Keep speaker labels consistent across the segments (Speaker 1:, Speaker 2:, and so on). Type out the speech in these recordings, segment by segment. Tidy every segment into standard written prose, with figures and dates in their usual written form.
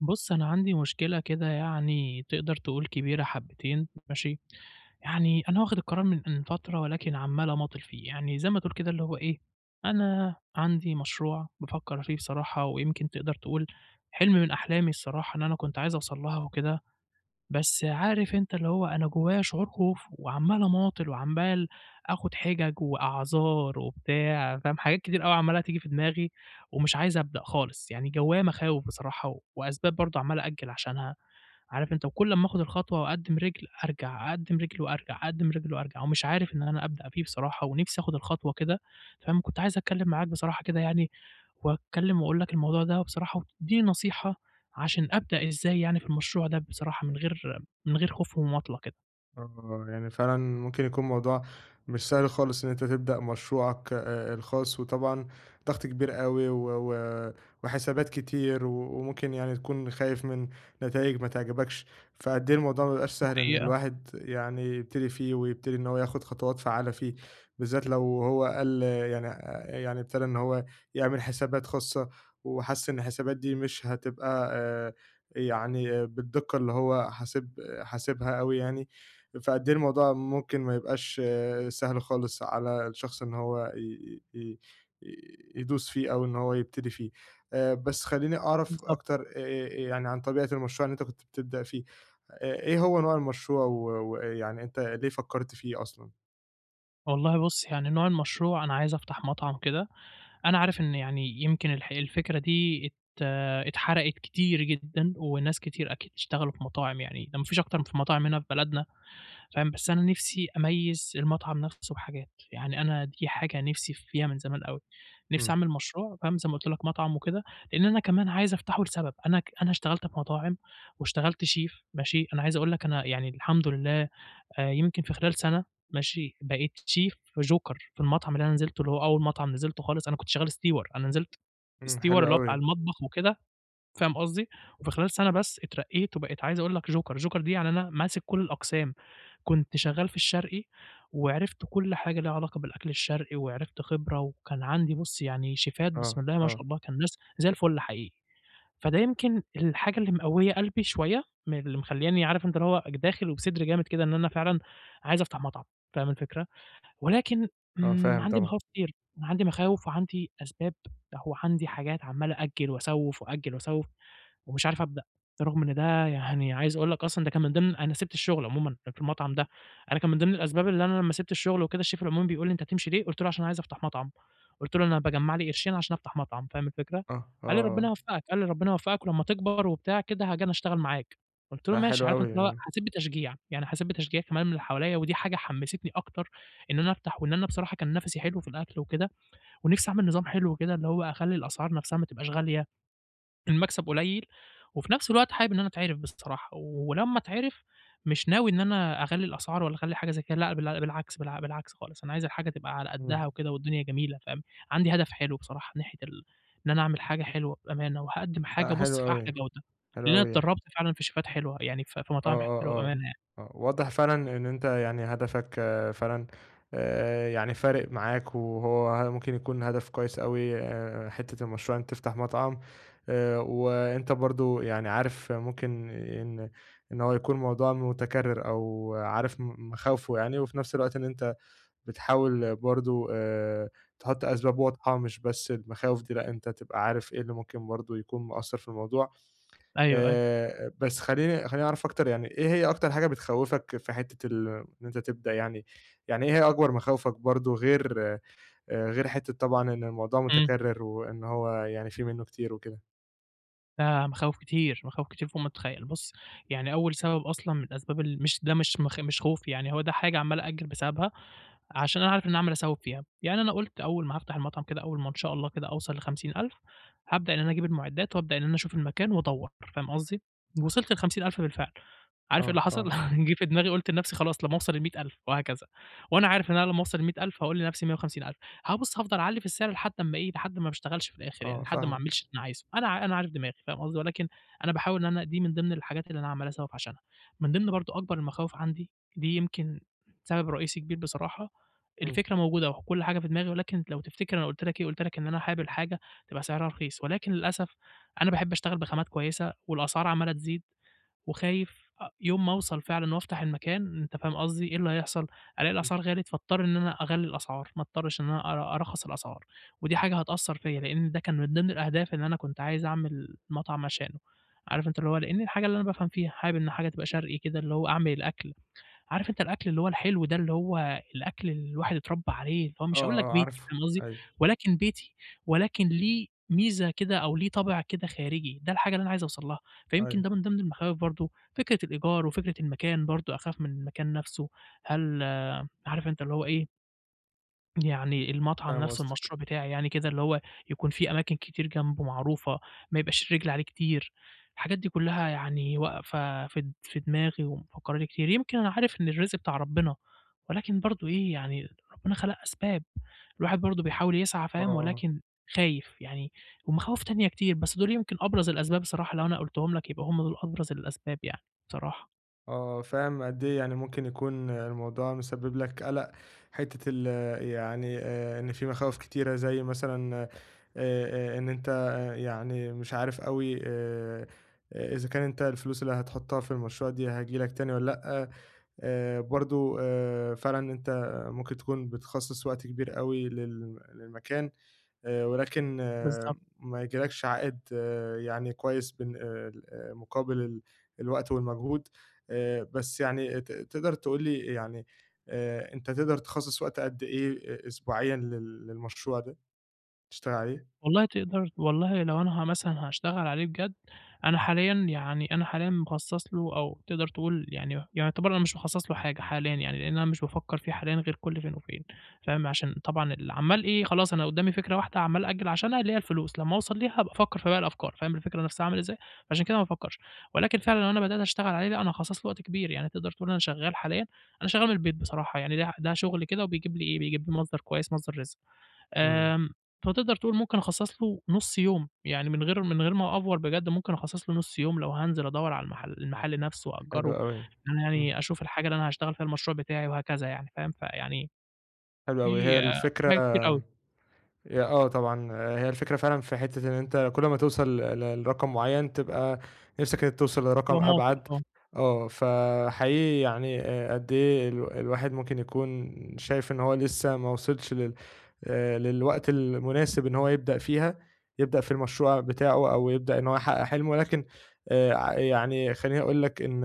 Speaker 1: بُص، أنا عندي مشكلة كده يعني تقدر تقول كبيرة حبّتين ماشي، يعني أنا واخد القرار من فترة ولكن عمّال أماطل فيه، يعني زي ما تقول كده اللي هو إيه، أنا عندي مشروع بافكّر فيه بصراحة ويمكن تقدر تقول حلم من أحلامي الصراحة إن أنا كنت عايز أوصل لها وكده بس عارف أنت اللي هو أنا جوايا شعور خوف، وعمّال أماطل وعمّال آخُد حِجَج وأعذار وبتاع، فاهم، حاجات كتير أوي عمّالة تيجي في دماغي ومش عايز أبدأ خالص، يعني جوايا مخاوف بصراحة و- وأسباب برضه عمّال أأجّل عشانها، عارف أنت، وكل أمّا آخُد الخطوة وأقدّم رِجل أرجع، أقدّم رِجل وأرجع، أقدّم رِجل وأرجع، ومش عارف إن أنا أبدأ فيه بصراحة ونِفْسي آخُد الخطوة كده، فاهم، كنت عايز أتكلّم معاك بصراحة كده يعني وأتكلّم وأقول لك الموضوع ده بصراحة وتدّيني نصيحة عشان أبدأ إزاي يعني في المشروع ده بصراحة من غير خوف ومماطلة كده،
Speaker 2: يعني فعلًا ممكن يكون الموضوع مش سهل خالص إن أنت تبدأ مشروعك الخاص، وطبعًا ضغط كبير أوي و و وحسابات كتير، وممكن يعني تكون خايف من نتايج ما تعجبكش، فقد إيه الموضوع ما بيبقاش سهل إن
Speaker 1: حقيقة
Speaker 2: الواحد يعني يبتدي فيه، ويبتدي إن هو ياخد خطوات فعّالة فيه، بالذات لو هو قال يعني يعني ابتدى إن هو يعمل حسابات خاصة، وحَس إن الحسابات دي مش هتبقى يعني بالدقة اللي هو حاسبها أوي يعني، فقد إيه الموضوع ممكن ما يبقاش سهل خالص على الشخص إن هو ي ي ي يدوس فيه أو إن هو يبتدي فيه. بس خلّيني أعرف
Speaker 1: بالضبط.
Speaker 2: أكتر يعني عن طبيعة المشروع اللي أنت كنت بتبدأ فيه. إيه هو نوع المشروع ويعني أنت ليه فكّرت فيه أصلًا؟
Speaker 1: والله بُص، يعني نوع المشروع أنا عايز أفتح مطعم كده، أنا عارف إن يعني يمكن الفكرة دي اتحرقت كتير جدًا وناس كتير أكيد اشتغلوا في مطاعم يعني، ده ما فيش أكتر من في مطاعم هنا في بلدنا فاهم، بس أنا نِفْسي أميّز المطعم نَفْسه بحاجات، يعني أنا دي حاجة نِفْسي فيها من زمان أوي، نِفْسي
Speaker 2: إمم،
Speaker 1: أعمل مشروع فاهم، زي ما قُلت لك مطعم وكده، لإن أنا كمان عايز أفتحه لسبب، أنا اشتغلت في مطاعم واشتغلت شيف ماشي، أنا عايز أقول لك أنا يعني الحمد لله يمكن في خلال سَنة ماشي، بقيت شيف joker في المطعم اللي أنا نزلته، اللي هو أول مطعم نزلته خالص أنا كنت شغّال steward أنا نزلت
Speaker 2: إمم،
Speaker 1: steward
Speaker 2: حلو
Speaker 1: اللي هو بتاع
Speaker 2: أوي.
Speaker 1: المطبخ وكده فاهم قصدي؟ وفي خلال سَنة بس اترقيت وبقيت عايز أقول لك جوكر، جوكر دي يعني أنا ماسك كل الأقسام، كنت شغال في الشرقي وعرفت كل حاجة ليها علاقة بالأكل الشرقي، وعرفت خبرة وكان عندي بُص يعني شيفات بسم
Speaker 2: آه،
Speaker 1: الله ما شاء
Speaker 2: آه،
Speaker 1: الله، كان ناس زي الفل حقيقي، فده يمكن الحاجة اللي مقوية قلبي شوية، من اللي مخلّياني عارف أنت اللي هو داخل وبصدر جامد كده إن أنا فعلًا عايز أفتح مطعم، فاهم الفكرة؟ ولكن
Speaker 2: آه،
Speaker 1: إمم،
Speaker 2: فاهم
Speaker 1: عندي
Speaker 2: طبعًا.
Speaker 1: مخاوف كتير، عندي مخاوف وعندي أسباب، هو عندي حاجات عمّال أأجّل وأسوّف وأأجّل وأسوّف. ومش عارف أبدأ، رغم إن ده يعني عايز أقول لك أصلًا ده كان من ضمن أنا سِبت الشغل عمومًا في المطعم ده، أنا كان من ضمن الأسباب اللي أنا لمّا سِبت الشغل وكده الشيف العمومي بيقول لي: "أنت هتمشي ليه؟" قُلت له: "عشان عايز أفتح مطعم." قُلت له: "أنا باجمّع لي قرشين عشان أفتح مطعم." فاهم الفكرة؟
Speaker 2: آه،
Speaker 1: قال لي: "ربنا
Speaker 2: آه،
Speaker 1: يوفقك." قال لي: "ربنا يوفقك ولمّا تكبر وبتاع كده هاجي أنا أشتغل معاك." قُلت له:
Speaker 2: لأ
Speaker 1: "ماشي."
Speaker 2: حلو
Speaker 1: عارف أنت
Speaker 2: أوي،
Speaker 1: اللي هو
Speaker 2: آه،
Speaker 1: حسيت بتشجيع، يعني حسيت بتشجيع كمان من اللي حواليّا ودي حاجة حمّستني أكتر إن أنا أفتح وإن أنا بصراحة كان نَفَسي حلو في الأكل وكده ونِفْسي أعمل نظام حلو كده اللي هو أخلّي الأسعار نَفْسها ما تبقاش غالية المكسب قليل، وفي نفس الوقت حابب إن أنا أتعرف بصراحة، ولمّا أتعرف مش ناوي إن أنا أغلّي الأسعار ولا أخلّي حاجة زي كده، لأ بالعكس خالص، أنا عايز الحاجة تبقى على
Speaker 2: إمم،
Speaker 1: قدّها وكده والدنيا جميلة فاهم، عندي هدف حلو بصراحة ناحية إن أنا أعمل حاجة حلوة بأمانة، وهاقدّم حاجة
Speaker 2: لأ
Speaker 1: بُص
Speaker 2: حلو
Speaker 1: في أحلى
Speaker 2: أوي،
Speaker 1: جودة،
Speaker 2: حلو
Speaker 1: لإن أنا
Speaker 2: أوي.
Speaker 1: اتدرّبت فعلًا في شيفات حلوة، يعني في
Speaker 2: آه،
Speaker 1: مطاعم حلوة
Speaker 2: آه، آه،
Speaker 1: بأمانة يعني.
Speaker 2: آه، واضح فعلًا إن أنت يعني هدفك فعلًا يعني فارق معاك، وهو ممكن يكون هدف كويس أوي حتة المشروع إن أنت تفتح مطعم وأنت برضه يعني عارف ممكن إن هو يكون موضوع متكرر أو عارف مخاوفه يعني، وفي نفس الوقت إن أنت بتحاول برضه تحط أسباب واضحة مش بس المخاوف دي، لأ أنت تبقى عارف إيه اللي ممكن برضه يكون مأثّر في الموضوع.
Speaker 1: أيوه، أيوه.
Speaker 2: بس خلّيني أعرف أكتر يعني إيه هي أكتر حاجة بتخوّفك في حتّة إن أنت تبدأ يعني، يعني إيه هي أكبر مخاوفك برضه غير حتّة طبعًا إن الموضوع
Speaker 1: إمم.
Speaker 2: متكرر وإن هو يعني في منّه كتير وكده؟
Speaker 1: ده مخاوف كتير، مخاوف كتير فوق ما تتخيّل. بُص، يعني أول سبب أصلًا من أسباب ال مش ده مش مخ مش خوف، يعني هو ده حاجة عمّال أأجّل بسببها عشان أنا عارف إن أنا عمّال أسوّف فيها. يعني أنا قُلت أول ما هافتح المطعم كده، أول ما إن شاء الله كده أوصل ل50.000 هابدأ إن أنا أجيب المعدات وأبدأ إن أنا أشوف المكان وأدوّر، فاهم قصدي؟ وصلت ل50.000 بالفعل. عارف إيه اللي
Speaker 2: آه،
Speaker 1: حصل؟
Speaker 2: آه،
Speaker 1: جِه في دماغي قُلت لنفسي خلاص لمّا أوصل ل100.000 وهكذا، وأنا عارف إن أنا لمّا أوصل ل100.000 هاقول لنفسي 150.000 آه، بُص هافضل أعلّي في السعر لحد أمّا إيه، لحد ما ما اشتغلش في الآخر يعني،
Speaker 2: آه
Speaker 1: لحد ما ما
Speaker 2: فاهمك،
Speaker 1: أعملش اللي أنا عايزه. أنا عارف دماغي فاهم قصدي، ولكن أنا باحاول إن أنا دي من ضمن الحاجات اللي أنا عمّال أسوّف عشانها. من ضمن برضه أكبر المخاوف عندي، دي يمكن سبب رئيسي كبير بصراحة،
Speaker 2: إمم،
Speaker 1: الفكرة موجودة أهو، كل حاجة في دماغي، ولكن لو تفتكر أنا قُلت لك إيه، قُلت لك إن أنا حابب حاجة تبقى سعرها رخيص، ولكن للأسف أنا باحب أشتغل بخامات كويسة والأسعار عمّالة تزيد وخايف يوم ما أوصل فعلًا وأفتح المكان أنت فاهم قصدي، إيه اللي هيحصل؟ ألاقي
Speaker 2: إمم،
Speaker 1: الأسعار غِلِت فاضطر إن أنا أغلّي الأسعار، ما اضطرش إن أنا أرخّص الأسعار، ودي حاجة هتأثّر فيّا، لإن ده كان من ضمن الأهداف اللي أنا كنت عايز أعمل مطعم عشانه، عارف أنت اللي هو لإن الحاجة اللي أنا بافهم فيها، حابب إن حاجة تبقى شرقي كده اللي هو أعمل الأكل. عارف أنت الأكل اللي هو الحلو ده، اللي هو الأكل اللي الواحد اتربى عليه، اللي هو
Speaker 2: آه،
Speaker 1: مش هاقول لك
Speaker 2: آه
Speaker 1: بيتي
Speaker 2: عارفه،
Speaker 1: فاهم قصدي،
Speaker 2: أيوه،
Speaker 1: ولكن بيتي، ولكن ليه ميزة كده أو ليه طابع كده خارجي، ده الحاجة اللي أنا عايز أوصل لها، فيمكن
Speaker 2: أيوه،
Speaker 1: ده من ضمن المخاوف برضه، فكرة الإيجار وفكرة المكان برضه أخاف من المكان نفسه، هل عارف أنت اللي هو إيه يعني المطعم
Speaker 2: فاهم
Speaker 1: نفسه
Speaker 2: قصدك،
Speaker 1: المشروع بتاعي يعني كده، اللي هو يكون في أماكن كتير جنبه معروفة، ما يبقاش الرجل عليه كتير، الحاجات دي كلّها يعني واقفة في دماغي ومفكّراني كتير، يمكن أنا عارف إن الرزق بتاع ربنا، ولكن برضه إيه يعني ربنا خلق أسباب، الواحد برضه بيحاول يسعى
Speaker 2: آه،
Speaker 1: فاهم،
Speaker 2: آه.
Speaker 1: ولكن خايف يعني ومخاوف تانية كتير، بس دول يمكن أبرز الأسباب الصراحة لو أنا قُلتهم لك يبقى هم دول أبرز الأسباب يعني بصراحة،
Speaker 2: آه، فاهم قد إيه يعني ممكن يكون الموضوع مسبب لك قلق، حتة ال يعني إن في مخاوف كتيرة زي مثلًا إن أنت يعني مش عارف أوي إذا كان أنت الفلوس اللي هتحطها في المشروع دي هتيجي لك تاني والّا لأ، برضه فعلًا أنت ممكن تكون بتخصّص وقت كبير أوي للمكان، ولكن
Speaker 1: بالضبط.
Speaker 2: ما يجيلكش عائد يعني كويس بن آه، ال مقابل الوقت والمجهود، بس يعني تقدر تقول لي يعني أنت تقدر تخصّص وقت قد إيه أسبوعيًا للمشروع ده تشتغل عليه؟
Speaker 1: والله تقدر والله لو أنا مثلًا هاشتغل عليه بجد، أنا حاليًا يعني أنا حاليًا مخصّص له أو تقدر تقول يعني يعني يعتبر أنا مش مخصّص له حاجة حاليًا يعني، لإن أنا مش بافكّر فيه حاليًا غير كل فين وفين، فاهم، عشان طبعًا عمّال إيه، خلاص أنا قدّامي فكرة واحدة عمّال أأجّل عشانها اللي هي الفلوس، لمّا أوصل ليها هابقى أفكّر في باقي الأفكار، فاهم الفكرة نفْسها عامل إزاي؟ فعشان كده ما بافكّرش، ولكن فعلًا لو أنا بدأت أشتغل عليه لأ، أنا هاخصّص له وقت كبير، يعني تقدر تقول أنا شغّال حاليًا، أنا شغّال من البيت بصراحة يعني ده ده شغل كده وبيجيب لي إيه، بيجيب لي مصدر كويس، مصدر رزق.
Speaker 2: إمم،
Speaker 1: آمم، فتقدر تقول ممكن أخصّص له نُص يوم، يعني من غير ما أأفور بجد ممكن أخصّص له نُص يوم لو هانزل أدوّر على المحل نَفْسه
Speaker 2: حلو
Speaker 1: وأأجّره،
Speaker 2: أوي،
Speaker 1: إن أنا
Speaker 2: إمم،
Speaker 1: يعني أشوف الحاجة اللي أنا هاشتغل فيها المشروع بتاعي وهكذا يعني فاهم، فيعني
Speaker 2: حلو
Speaker 1: في
Speaker 2: أوي، هي
Speaker 1: في
Speaker 2: الفكرة
Speaker 1: حاجات كتير أوي،
Speaker 2: آه طبعًا، آه، هي الفكرة فعلًا في حتّة إن أنت كل ما توصل لرقم معيّن تبقى نِفْسك إنك توصل لرقم
Speaker 1: بابقى مواطن
Speaker 2: أبعد،
Speaker 1: آه،
Speaker 2: آه، فحقيقي يعني قد إيه الواحد ممكن يكون شايف إن هو لسه ما وصلش لل للوقت المناسب إن هو يبدأ فيها، يبدأ في المشروع بتاعه أو يبدأ إن هو يحقق حلمه، ولكن ع يعني خلّيني أقول لك إن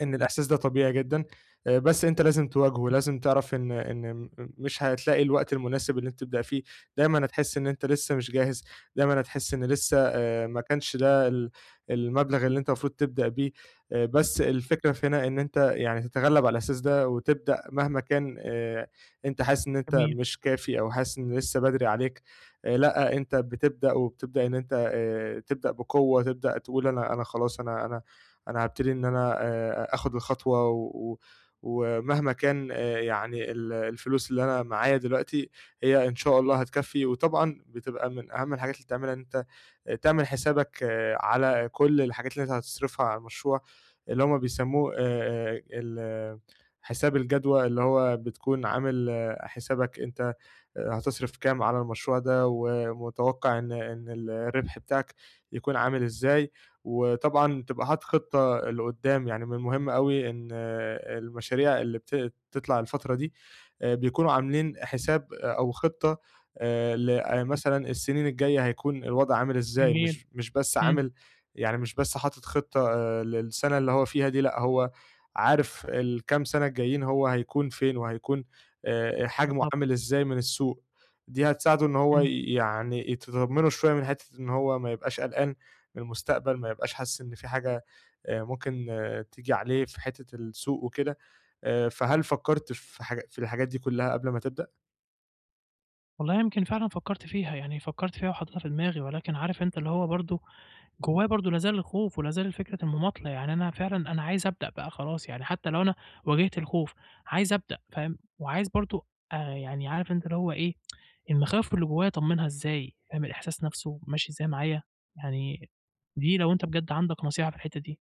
Speaker 2: إن الإحساس ده طبيعي جدًا، بس أنت لازم تواجهه، لازم تعرف إن مش هتلاقي الوقت المناسب اللي أنت تبدأ فيه، دايمًا هتحس إن أنت لسه مش جاهز، دايمًا هتحس إن لسه ما كانش ده المبلغ اللي أنت المفروض تبدأ بيه، بس الفكرة في هنا إن أنت يعني تتغلب على الإحساس ده وتبدأ مهما كان أنت حاسس إن أنت
Speaker 1: جميل،
Speaker 2: مش كافي أو حاسس إن لسه بدري عليك، لأ، أنت بتبدأ وبتبدأ إن أنت تبدأ بقوة، تبدأ تقول أنا خلاص أنا هابتدي إن أنا آخُد الخطوة و و ومهما كان يعني الفلوس اللي أنا معايا دلوقتي، هي إن شاء الله هتكفّي، وطبعًا بتبقى من أهم الحاجات اللي بتعملها إن أنت تعمل حسابك على كل الحاجات اللي أنت هتصرفها على المشروع، اللي هم بيسمّوه ال حساب الجدوى، اللي هو بتكون عامل حسابك أنت هتصرف كام على المشروع ده، ومتوقع إن الربح بتاعك يكون عامل إزاي، وطبعًا تبقى حاطط خطة لقدّام، يعني من المهم أوي إن المشاريع اللي بتطلع الفترة دي بيكونوا عاملين حساب أو خطة ل مثلًا السنين الجاية هيكون الوضع عامل إزاي،
Speaker 1: جميل،
Speaker 2: مش بس
Speaker 1: إمم،
Speaker 2: عامل يعني مش بس حاطط خطة للسنة اللي هو فيها دي، لأ هو عارف الكام سنة الجايين هو هيكون فين، وهيكون حجمه
Speaker 1: بالضبط،
Speaker 2: عامل إزاي من السوق، دي هتساعده إن هو
Speaker 1: إمم.
Speaker 2: يعني تطمّنه شوية من حتّة إن هو ما يبقاش قلقان من المستقبل، ما يبقاش حاسس إن في حاجة ممكن تيجي عليه في حتّة السوق وكده، فهل فكّرت في حاجة في الحاجات دي كلّها قبل ما تبدأ؟
Speaker 1: والله يمكن فعلًا فكّرت فيها، يعني فكّرت فيها وحطيتها في دماغي، ولكن عارف أنت اللي هو برضه جوّاه برضه لا زال الخوف ولا زال فكرة المماطلة، يعني أنا فعلًا أنا عايز أبدأ بقى خلاص، يعني حتى لو أنا واجهت الخوف، عايز أبدأ فاهم، وعايز برضه يعني عارف أنت اللي هو إيه، المخاوف اللي جوّايا أطمّنها إزاي، فاهم الإحساس نَفْسه ماشي إزاي معايا، يعني دي لو أنت بجد عندك نصيحة في الحتّة دي،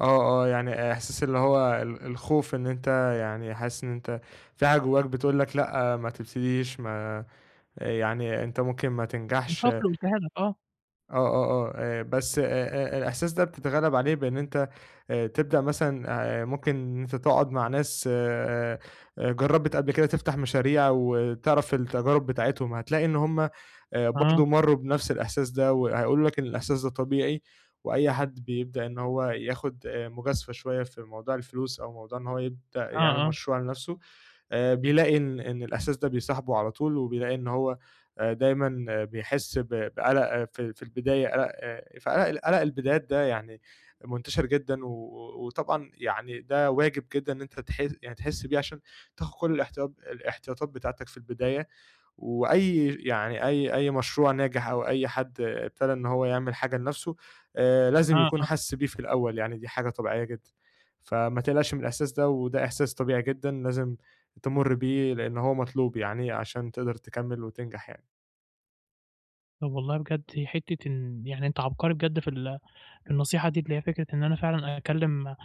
Speaker 2: آه، آه، يعني إحساس اللي هو الخوف إن أنت يعني حاسس إن أنت في حاجة جوّاك بتقول لك لأ، ما تبتديش، ما يعني أنت ممكن ما تنجحش.
Speaker 1: المخاوف اللي قُلتها لك آه،
Speaker 2: آه، آه، آه، بس الإحساس ده بتتغلب عليه بإن أنت تبدأ مثلًا ممكن إن أنت تقعد مع ناس جرّبِت قبل كده تفتح مشاريع وتعرف التجارب بتاعتهم، هتلاقي إن هم
Speaker 1: آه،
Speaker 2: برضه مرّوا بنفس الإحساس ده، وهيقولوا لك إن الإحساس ده طبيعي، وأي حد بيبدأ إن هو ياخد مجازفة شوية في موضوع الفلوس أو موضوع إن هو يبدأ يعمل
Speaker 1: آه، آه،
Speaker 2: مشروع لنفسه، بيلاقي إن الإحساس ده بيصاحبه على طول، وبيلاقي إن هو دايمًا بيحس بقَلَق في البداية قَلَق البدايات ده يعني منتشر جدًا، وطبعًا يعني ده واجب جدًا إن أنت يعني تحس بيه عشان تاخد كل الاحتياطات بتاعتك في البداية، وأي يعني أي أي مشروع ناجح أو أي حد ابتدى إن هو يعمل حاجة لنَفْسه لازم
Speaker 1: آه،
Speaker 2: يكون
Speaker 1: آه،
Speaker 2: حَس بيه في الأول، يعني دي حاجة طبيعية جدًا. فما تقلقش من الإحساس ده، وده إحساس طبيعي جدًا لازم تمُر بيه لإن هو مطلوب يعني عشان تقدر تكمّل وتنجح يعني.
Speaker 1: طَب والله بجد حتّة إن يعني أنت عبقري بجد في في النصيحة دي، اللي هي فكرة إن أنا فعلًا أكلّم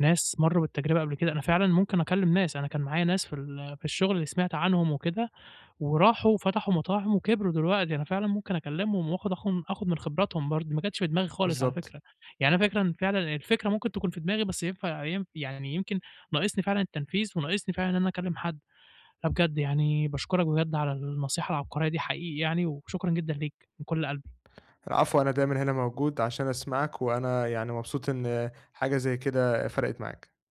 Speaker 1: ناس مرّوا بالتجربة قبل كده، أنا فعلًا ممكن أكلّم ناس، أنا كان معايا ناس في في الشغل اللي سمعت عنهم وكده، وراحوا وفتحوا مطاعم وكبروا دلوقتي، أنا فعلًا ممكن أكلّمهم وآخُد آخُن آخُد من خبراتهم برضه، ما كانتش في دماغي خالص على
Speaker 2: بالضبط.
Speaker 1: فكرة، يعني أنا فكرًا فعلًا الفكرة ممكن تكون في دماغي بس ينفع يعني يمكن ناقصني فعلًا التنفيذ وناقصني فعلًا إن أنا أكلّم حد، لأ بجد يعني باشكرك بجد على النصيحة العبقرية دي حقيقي يعني، وشكرًا جدًا ليك من كلّ قلبي.
Speaker 2: العفو، أنا دايمًا هنا موجود عشان أسمعك، وأنا يعني مبسوط إن حاجة زي كده فرقِت معاك.